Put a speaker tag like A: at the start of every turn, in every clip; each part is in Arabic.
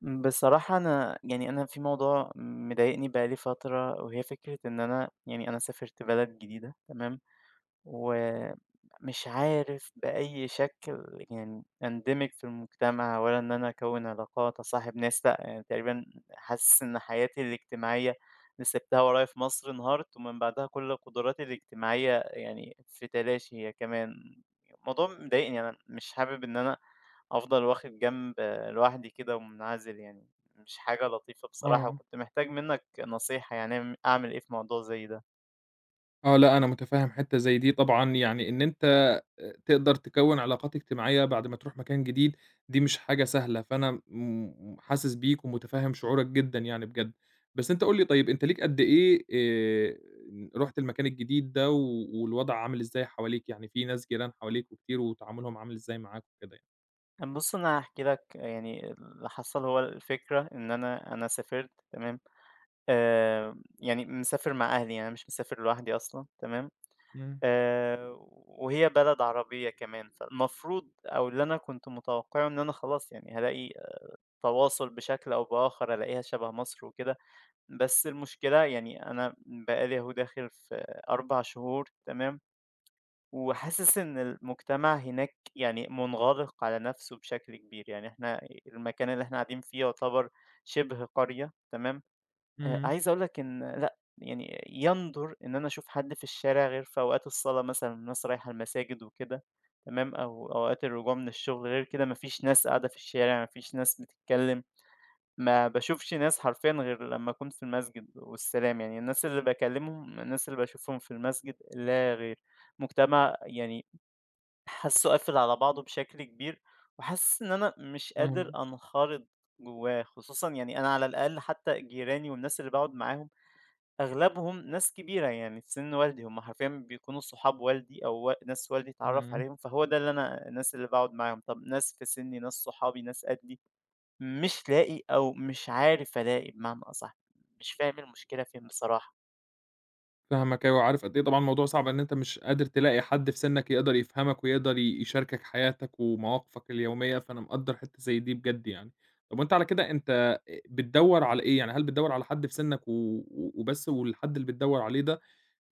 A: بصراحة أنا في موضوع مضايقني بقى لي فترة، وهي فكرة إن أنا سافرت بلد جديدة، تمام؟ ومش عارف بأي شكل يعني أندمج في المجتمع، ولا إن أنا أكوِّن علاقات، أصاحب ناس، لأ، يعني تقريبًا حاسس إن حياتي الاجتماعية اللي سِبتها ورايا في مصر انهارت، ومن بعدها كل قدراتي الاجتماعية يعني في تلاشي هي كمان. الموضوع مضايقني، أنا مش حابب إن أنا أفضل واخد جنب، لوحدي كده ومنعزل، يعني مش حاجة لطيفة بصراحة،
B: آه،
A: وكنت محتاج منّك نصيحة. يعني أعمل إيه في موضوع زي ده؟
B: آه، لأ، أنا متفهم حتة زي دي طبعًا، يعني إن أنت تقدر تكوّن علاقات اجتماعية بعد ما تروح مكان جديد، دي مش حاجة سهلة، فأنا حاسس بيك ومتفهم شعورك جدًا يعني بجد. بس أنت قُل لي طيب أنت ليك قد إيه رُحت المكان الجديد ده والوضع عامل إزاي حواليك؟ يعني في ناس جيران حواليك وكتير وتعاملهم عامل إزاي معاك وكده يعني؟
A: بُص، أنا هاحكي لك. يعني اللي حصل هو الفكرة إن أنا سافرت، تمام؟ يعني مسافر مع أهلي، يعني أنا مش مسافر لوحدي أصلًا، تمام.
B: إمم،
A: آآ وهي بلد عربية كمان، فالمفروض أو اللي أنا كنت متوقعه إن أنا خلاص يعني هالاقي تواصل بشكل أو بآخر، ألاقيها شبه مصر وكده، بس المشكلة يعني أنا بقى لي أهو داخل في 4 شهور، تمام؟ وحاسس إن المجتمع هناك يعني منغلق على نفسه بشكل كبير. يعني إحنا المكان اللي إحنا قاعدين فيه يعتبر شبه قرية، تمام.
B: إمم،
A: عايز أقول لك إن لأ، يعني يندُر إن أنا أشوف حد في الشارع غير في أوقات الصلاة مثلًا، الناس رايحة المساجد وكده، تمام، أو أوقات الرجوع من الشغل. غير كده ما فيش ناس قاعدة في الشارع، ما فيش ناس بتتكلم، ما باشوفش ناس حرفيًا غير لمّا أكون في المسجد والسلام. يعني الناس اللي باكلمهم، الناس اللي باشوفهم في المسجد لا غير. مجتمع يعني حاسّه قافل على بعضه بشكل كبير، وحاسس إن أنا مش قادر
B: فاهمك،
A: أنخرط جوّاه. خصوصًا يعني أنا على الأقل حتى جيراني والناس اللي باقعد معاهم أغلبهم ناس كبيرة، يعني في سِن والدي، هم حرفيًا بيكونوا صحاب والدي أو و ناس والدي اتعرّف
B: إمم.
A: عليهم، فهو ده اللي أنا الناس اللي باقعد معاهم. طَب ناس في سِنّي، ناس صحابي، ناس قدّي، مش لاقي أو مش عارف ألاقي بمعنى أصح. مش فاهم المشكلة فين بصراحة.
B: فاهمك أيوه، وعارف قد إيه طبعًا الموضوع صعب إن أنت مش قادر تلاقي حد في سنّك يقدر يفهمك ويقدر يشاركك حياتك ومواقفك اليومية، فأنا مقدّر حتّة زي دي بجد يعني. طب وأنت على كده أنت بتدوّر على إيه؟ يعني هل بتدوّر على حد في سنّك و و وبس والحد اللي بتدوّر عليه ده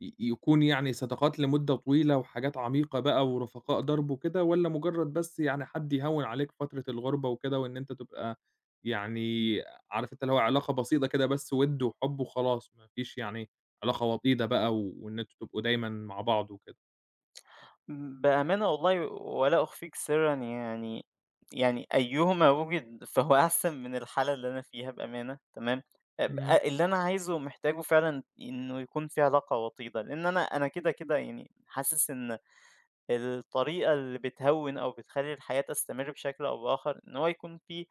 B: يكون يعني صداقات لمدة طويلة وحاجات عميقة بقى ورفقاء درب وكده، والّا مجرد بس يعني حد يهوّن عليك فترة الغُربة وكده، وإن أنت تبقى يعني عارف أنت اللي هو علاقة بسيطة كده بس وِد وحُب وخلاص، ما فيش يعني علاقة وطيدة بقى وإن أنتم تبقوا دايمًا مع بعض وكده؟
A: بأمانة والله ولا أخفيك سرًا يعني، يعني أيهما وُجد فهو أحسن من الحالة اللي أنا فيها بأمانة، تمام. آآ
B: إمم،
A: اللي أنا عايزه ومحتاجه فعلًا إنه يكون في علاقة وطيدة، لإن أنا كده، كده يعني حاسس إن الطريقة اللي بتهوّن أو بتخلّي الحياة تستمر بشكل أو بآخر، إن هو يكون في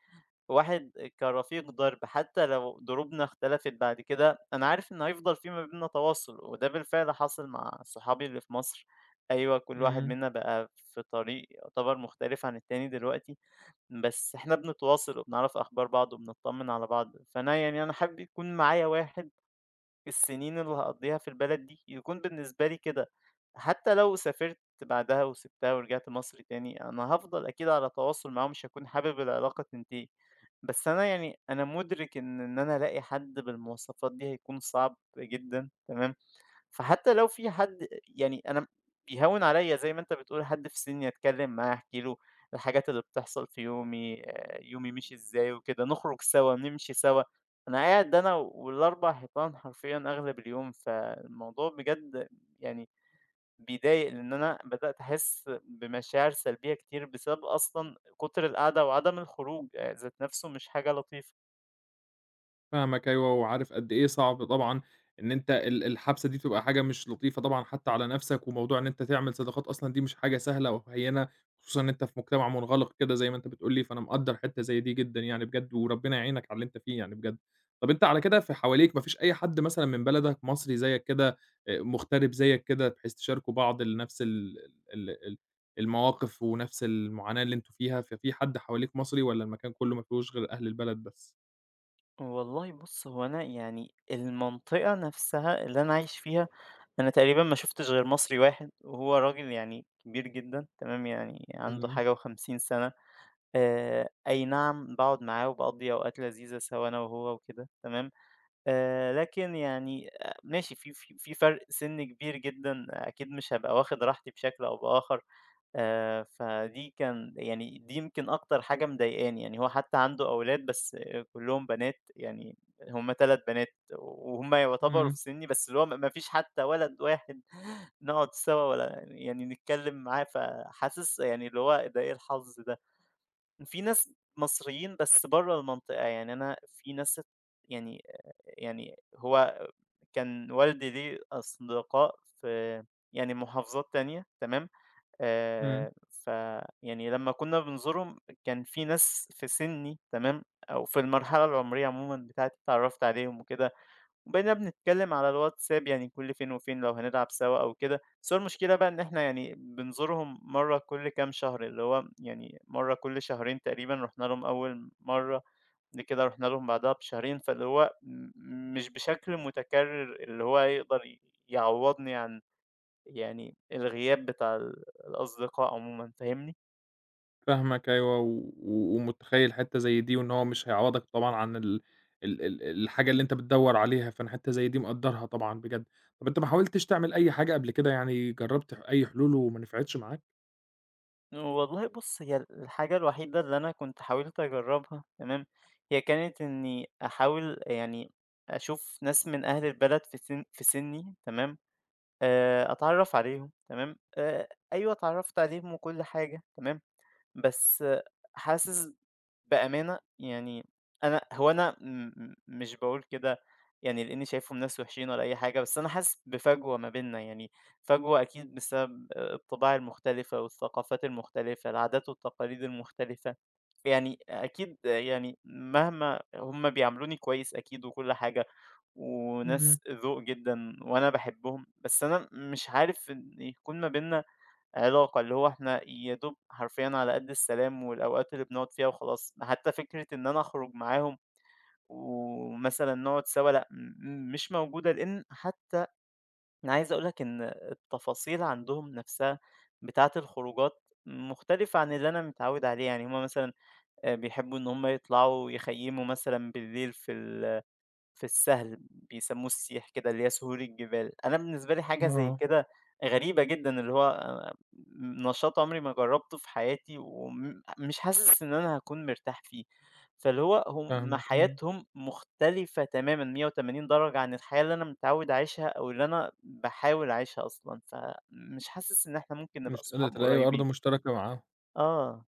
A: واحد كرفيق درب. حتى لو دروبنا اختلفت بعد كده، أنا عارف إن هيفضل في ما بيننا تواصل، وده بالفعل حصل مع صحابي اللي في مصر. أيوه، كل واحد
B: إمم.
A: منا بقى في طريق يعتبر مختلف عن التاني دلوقتي، بس إحنا بنتواصل وبنعرف أخبار بعض وبنطمن على بعض. فأنا يعني أنا حابب يكون معايا واحد السنين اللي هاقضّيها في البلد دي يكون بالنسبة لي كده. حتى لو سافرت بعدها وسِبتها ورجعت مصر تاني، أنا هافضل أكيد على تواصل معاهم، مش هاكون حابب العلاقة تنتهي. بس أنا يعني أنا مُدرِك إن أنا ألاقي حد بالمواصفات دي هيكون صعب جدًا، تمام؟ فحتى لو في حد يعني أنا بيهوِّن عليَّ زي ما أنت بتقول، حد في سِنِّي أتكلّم معاه، أحكي له الحاجات اللي بتحصل في يومي، يومي مشي إزاي وكده، نخرج سوا، نمشي سوا. أنا قاعد أنا وال4 حيطان حرفيًا أغلب اليوم، فالموضوع بجد يعني بيضايق، لإن أنا بدأت أحس بمشاعر سلبية كتير بسبب أصلًا كُتر القعدة وعدم الخروج. ذات نَفْسه مش حاجة لطيفة.
B: فاهمك أيوه، وعارف قد إيه صعب طبعًا إن أنت الحبسة دي تبقى حاجة مش لطيفة طبعًا حتى على نَفْسك، وموضوع إن أنت تعمل صداقات أصلًا دي مش حاجة سهلة أو هينة، خصوصًا إن أنت في مجتمع منغلق كده زي ما أنت بتقول لي، فأنا مقدّر حتّة زي دي جدًا يعني بجد، وربنا يعينك على اللي أنت فيه يعني بجد. طَب أنت على كده في حواليك ما فيش أي حد مثلًا من بلدك مصري زيّك كده، مغترب زيّك كده بحيث تشاركوا بعض نَفْس ال ال ال المواقف ونَفْس المعاناة اللي أنتم فيها، ففي حد حواليك مصري والّا المكان كُلّه ما فيهوش غير أهل البلد بس؟
A: والله بُص، هو أنا يعني المنطقة نَفْسها اللي أنا عايش فيها أنا تقريبًا ما شُفتش غير مصري واحد، وهو راجل يعني كبير جدًا، تمام، يعني عنده
B: إمم،
A: حاجة و50 سَنة. أي نعم باقعد معاه وباقضّي أوقات لذيذة سوا أنا وهو وكده، تمام. لكن يعني آه، ماشي، في فرق سِن كبير جدًا أكيد مش هابقى واخد راحتي بشكل أو بآخر. فدي كان يعني دي يمكن أكتر حاجة مضايقاني. يعني هو حتى عنده أولاد بس آه، كلّهم بنات، يعني هم 3 بنات وهُم يعتبروا
B: إمم.
A: في سِنّي، بس اللي هو ما فيش حتى ولد واحد نقعد سوا ولا يعني نتكلّم معاه، فحاسس يعني اللي هو ده إيه الحظ ده؟ في ناس مصريين بس برّه المنطقة، يعني أنا في ناس ات يعني يعني هو كان والدي ليه أصدقاء في يعني محافظات تانية، تمام؟
B: إمم،
A: فيعني لمّا كُنّا بنزورهم كان في ناس في سِنّي، تمام، أو في المرحلة العمرية عمومًا بتاعتي، اتعرّفت عليهم وكده، وبقينا بنتكلّم على الواتساب يعني كل فين وفين لو هنلعب سوا أو كده. بس هو المشكلة بقى إن إحنا يعني بنزورهم مرّة كل كام شهر، اللي هو يعني مرّة كل شهرين تقريبًا رُحنا لهم أول مرّة، بعد كده رُحنا لهم بعدها بشهرين، فاللي هو مش بشكل متكرّر اللي هو يقدر يعوّضني عن يعني الغياب بتاع الأصدقاء عمومًا، فاهمني؟
B: فاهمك أيوه، و و ومتخيّل حتّة زي دي، وإن هو مش هيعوّضك طبعًا عن ال ال ال الحاجة اللي أنت بتدوّر عليها، فأنا حتّة زي دي مقدّرها طبعًا بجد. طَب أنت ما حاولتش تعمل أي حاجة قبل كده يعني، جرّبت أي حلول وما نفعتش معاك؟
A: والله بُص، هي الحاجة الوحيدة اللي أنا كنت حاولت أجرّبها، تمام. هي كانت إنّي أحاول يعني أشوف ناس من أهل البلد في سن في سِنّي، تمام. أتعرّف عليهم، تمام. أيوه اتعرّفت عليهم وكل حاجة، تمام. بس آه، حاسس بأمانة يعني، أنا هو أنا م م مش باقول كده يعني لإنّي شايفهم ناس وحشين ولا أي حاجة، بس أنا حاسس بفجوة ما بيننا. يعني فجوة أكيد بسبب الطباع المختلفة والثقافات المختلفة، العادات والتقاليد المختلفة. يعني أكيد يعني مهما هم بيعاملوني كويس أكيد وكل حاجة،
B: اهم،
A: وناس ذوق جدًا وأنا باحبهم، بس أنا مش عارف إن يكون ما بيننا علاقة. اللي هو إحنا يا دوب حرفيًا على قد السلام والأوقات اللي بنقعد فيها وخلاص. حتى فكرة إن أنا أخرج معاهم ومثلًا نقعد سوا لأ، مش موجودة، لإن حتى أنا عايز أقول لك إن التفاصيل عندهم نفسها بتاعة الخروجات مختلفة عن اللي أنا متعود عليه. يعني هُم مثلًا بيحبوا إن هُم يطلعوا يخيّموا مثلًا بالليل في السهل، بيسمّوه السيح كده، اللي هي سهول الجبال. أنا بالنسبة لي حاجة زي
B: آه،
A: كده غريبة جدًا، اللي هو نشاط عمري ما جرّبته في حياتي، وم مش حاسس إن أنا هاكون مرتاح فيه. فاللي هو هم
B: فاهمك، إمم.
A: حياتهم مختلفة تمامًا 180 درجة عن الحياة اللي أنا متعوّد أعيشها أو اللي أنا باحاول أعيشها أصلًا، فمش حاسس إن إحنا ممكن نبقى
B: مش قادر
A: صحاب
B: تلاقي أرض
A: قريبين.
B: مشتركة معاهم.
A: آه.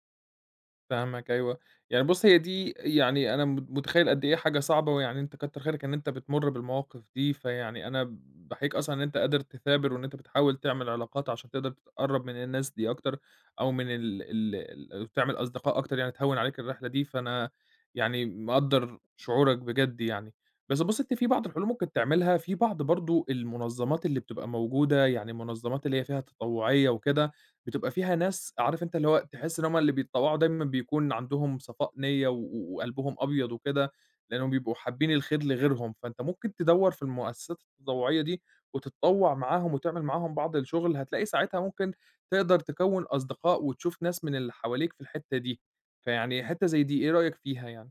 B: فاهمك أيوه، يعني بُص هي دي يعني أنا متخيّل قد إيه حاجة صعبة، ويعني أنت كتّر خيرك إن أنت بتمُر بالمواقف دي، فيعني أنا باحييك أصلًا إن أنت قادر تثابر، وإن أنت بتحاول تعمل علاقات عشان تقدر تتقرّب من الناس دي أكتر، أو من ال ال ال تعمل أصدقاء أكتر يعني تهوّن عليك الرحلة دي، فأنا يعني مقدّر شعورك بجد يعني. بس بُص أنت في بعض الحلول ممكن تعملها، في بعض برضه المنظمات اللي بتبقى موجودة، يعني المنظمات اللي هي فيها تطوعية وكده بتبقى فيها ناس عارف أنت اللي هو تحس إن هُم اللي بيتطوّعوا دايمًا بيكون عندهم صفاء نِيّة وقلبهم أبيض وكده، لإنّهم بيبقوا حابين الخير لغيرهم، فأنت ممكن تدوّر في المؤسسات التطوعية دي وتتطوّع معاهم وتعمل معاهم بعض الشغل، هتلاقي ساعتها ممكن تقدر تكوّن أصدقاء وتشوف ناس من اللي حواليك في الحتّة دي، فيعني حتّة زي دي إيه رأيك فيها يعني؟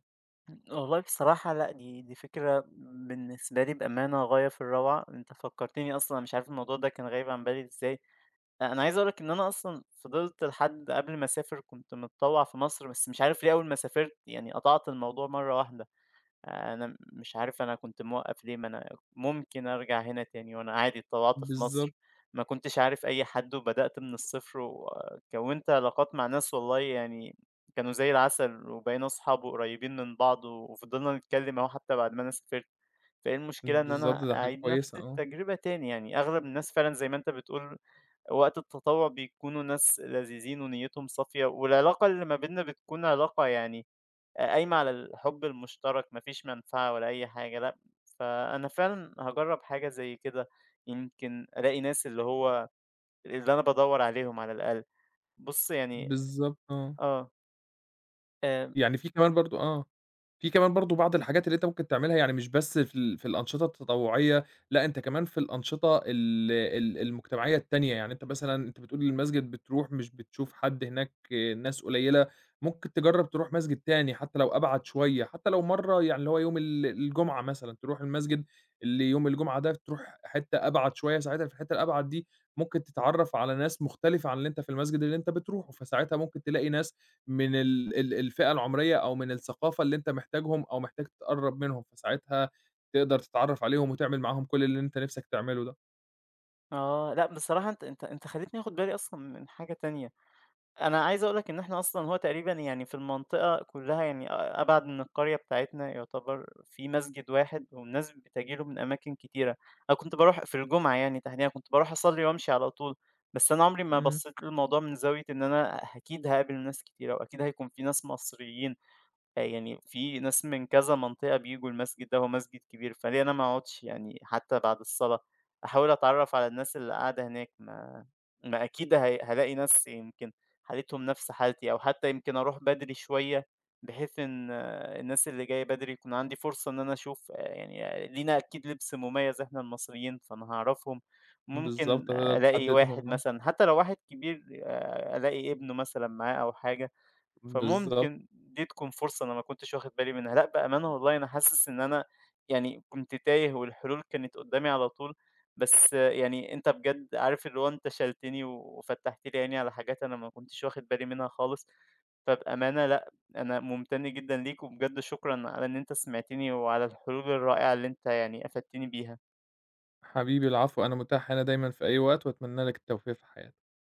A: والله بصراحة لأ، دي فكرة بالنسبة لي بأمانة غاية في الروعة. أنت فكّرتني أصلًا، مش عارف الموضوع ده كان غايب عن بالي إزاي. أنا عايز أقول لك إن أنا أصلًا فضلت لحد قبل ما أسافر كنت متطوّع في مصر، بس مش عارف ليه أول ما سافرت يعني قطعت الموضوع مرّة واحدة. آه، أنا مش عارف أنا كنت موقّف ليه، ما أنا ممكن أرجع هنا تاني، وأنا عادي اتطوّعت في
B: بالضبط،
A: مصر، ما كنتش عارف أي حد وبدأت من الصفر، وكوّنت علاقات مع ناس والله يعني كانوا زي العسل، وبقينا أصحاب وقريبين من بعض، وفضلنا نتكلّم أهو حتى بعد ما أنا سافرت. فإيه المشكلة إن
B: بالضبط،
A: أنا
B: ده حاجة
A: أعيد نفس
B: كويسة آه،
A: التجربة تاني يعني؟ أغلب الناس فعلًا زي ما أنت بتقول وقت التطوّع بيكونوا ناس لذيذين ونيّتهم صافية، والعلاقة اللي ما بيننا بتكون علاقة يعني قايمة على الحب المشترك، ما فيش منفعة ولا أي حاجة لأ. فأنا فعلًا هاجرّب حاجة زي كده، يمكن ألاقي ناس اللي هو اللي أنا بادوّر عليهم على الأقل. بُص يعني
B: بالضبط آه.
A: آه، آمم،
B: يعني في كمان برضه في كمان برضه بعض الحاجات اللي أنت ممكن تعملها، يعني مش بس في الأنشطة التطوعية، لأ أنت كمان في الأنشطة ال ال المجتمعية التانية، يعني أنت مثلًا أنت بتقول المسجد بتروح مش بتشوف حد هناك ناس قليلة، ممكن تجرّب تروح مسجد تاني حتى لو أبعد شوية، حتى لو مرّة يعني اللي هو يوم الجمعة مثلًا، تروح المسجد اللي يوم الجمعة ده تروح حتة أبعد شوية، ساعتها في الحتة الأبعد دي ممكن تتعرّف على ناس مختلفة عن اللي أنت في المسجد اللي أنت بتروحه، فساعتها ممكن تلاقي ناس من ال ال الفئة العمرية أو من الثقافة اللي أنت محتاجهم أو محتاج تقرّب منهم، فساعتها تقدر تتعرّف عليهم وتعمل معاهم كل اللي أنت نِفْسك تعمله ده.
A: آه، لأ بصراحة، أنت خلّيتني آخُد بالي أصلًا من حاجة تانية. أنا عايز أقول لك إن إحنا أصلًا هو تقريبًا يعني في المنطقة كلّها، يعني أبعد من القرية بتاعتنا يُعتبر في مسجد واحد والناس بتجي له من أماكن كتيرة. أنا كنت باروح في الجمعة يعني تحديدًا كنت باروح أصلّي وأمشي على طول، بس أنا عمري ما
B: إمم.
A: بصّيت للموضوع من زاوية إن أنا أكيد هاقابل ناس كتيرة وأكيد هيكون في ناس مصريين. يعني في ناس من كذا منطقة بييجوا المسجد ده، هو مسجد كبير، فليه أنا ما أقعدش يعني حتى بعد الصلاة، أحاول أتعرّف على الناس اللي قاعدة هناك؟ ما أكيد هالاقي ناس يمكن حالتهم نفس حالتي، أو حتى يمكن أروح بدري شوية، بحيث إن آه، الناس اللي جاية بدري يكون عندي فرصة إن أنا أشوف لينا أكيد لبس مميز إحنا المصريين، فأنا هاعرفهم. ممكن
B: بالضبط،
A: آه،
B: هتقدر
A: ألاقي واحد
B: تحددهم آه،
A: مثلًا حتى لو واحد كبير، ألاقي ابنه مثلًا معاه أو حاجة.
B: بالضبط.
A: فممكن دي تكون فرصة أنا ما كنتش واخد بالي منها. لأ، بأمانة والله أنا حاسس إن أنا يعني كنت تايه والحلول كانت قدّامي على طول، بس يعني أنت بجد عارف اللي هو أنت شلتني وفتّحت لي عيني على حاجات أنا ما كنتش واخد بالي منها خالص. فبأمانة لأ، أنا ممتن جدًا ليك وبجد شكرًا على إن أنت سمعتني وعلى الحلول الرائعة اللي أنت يعني أفدتني بيها.
B: حبيبي العفو، أنا متاح هنا دايمًا في أي وقت وأتمنى لك التوفيق في حياتك.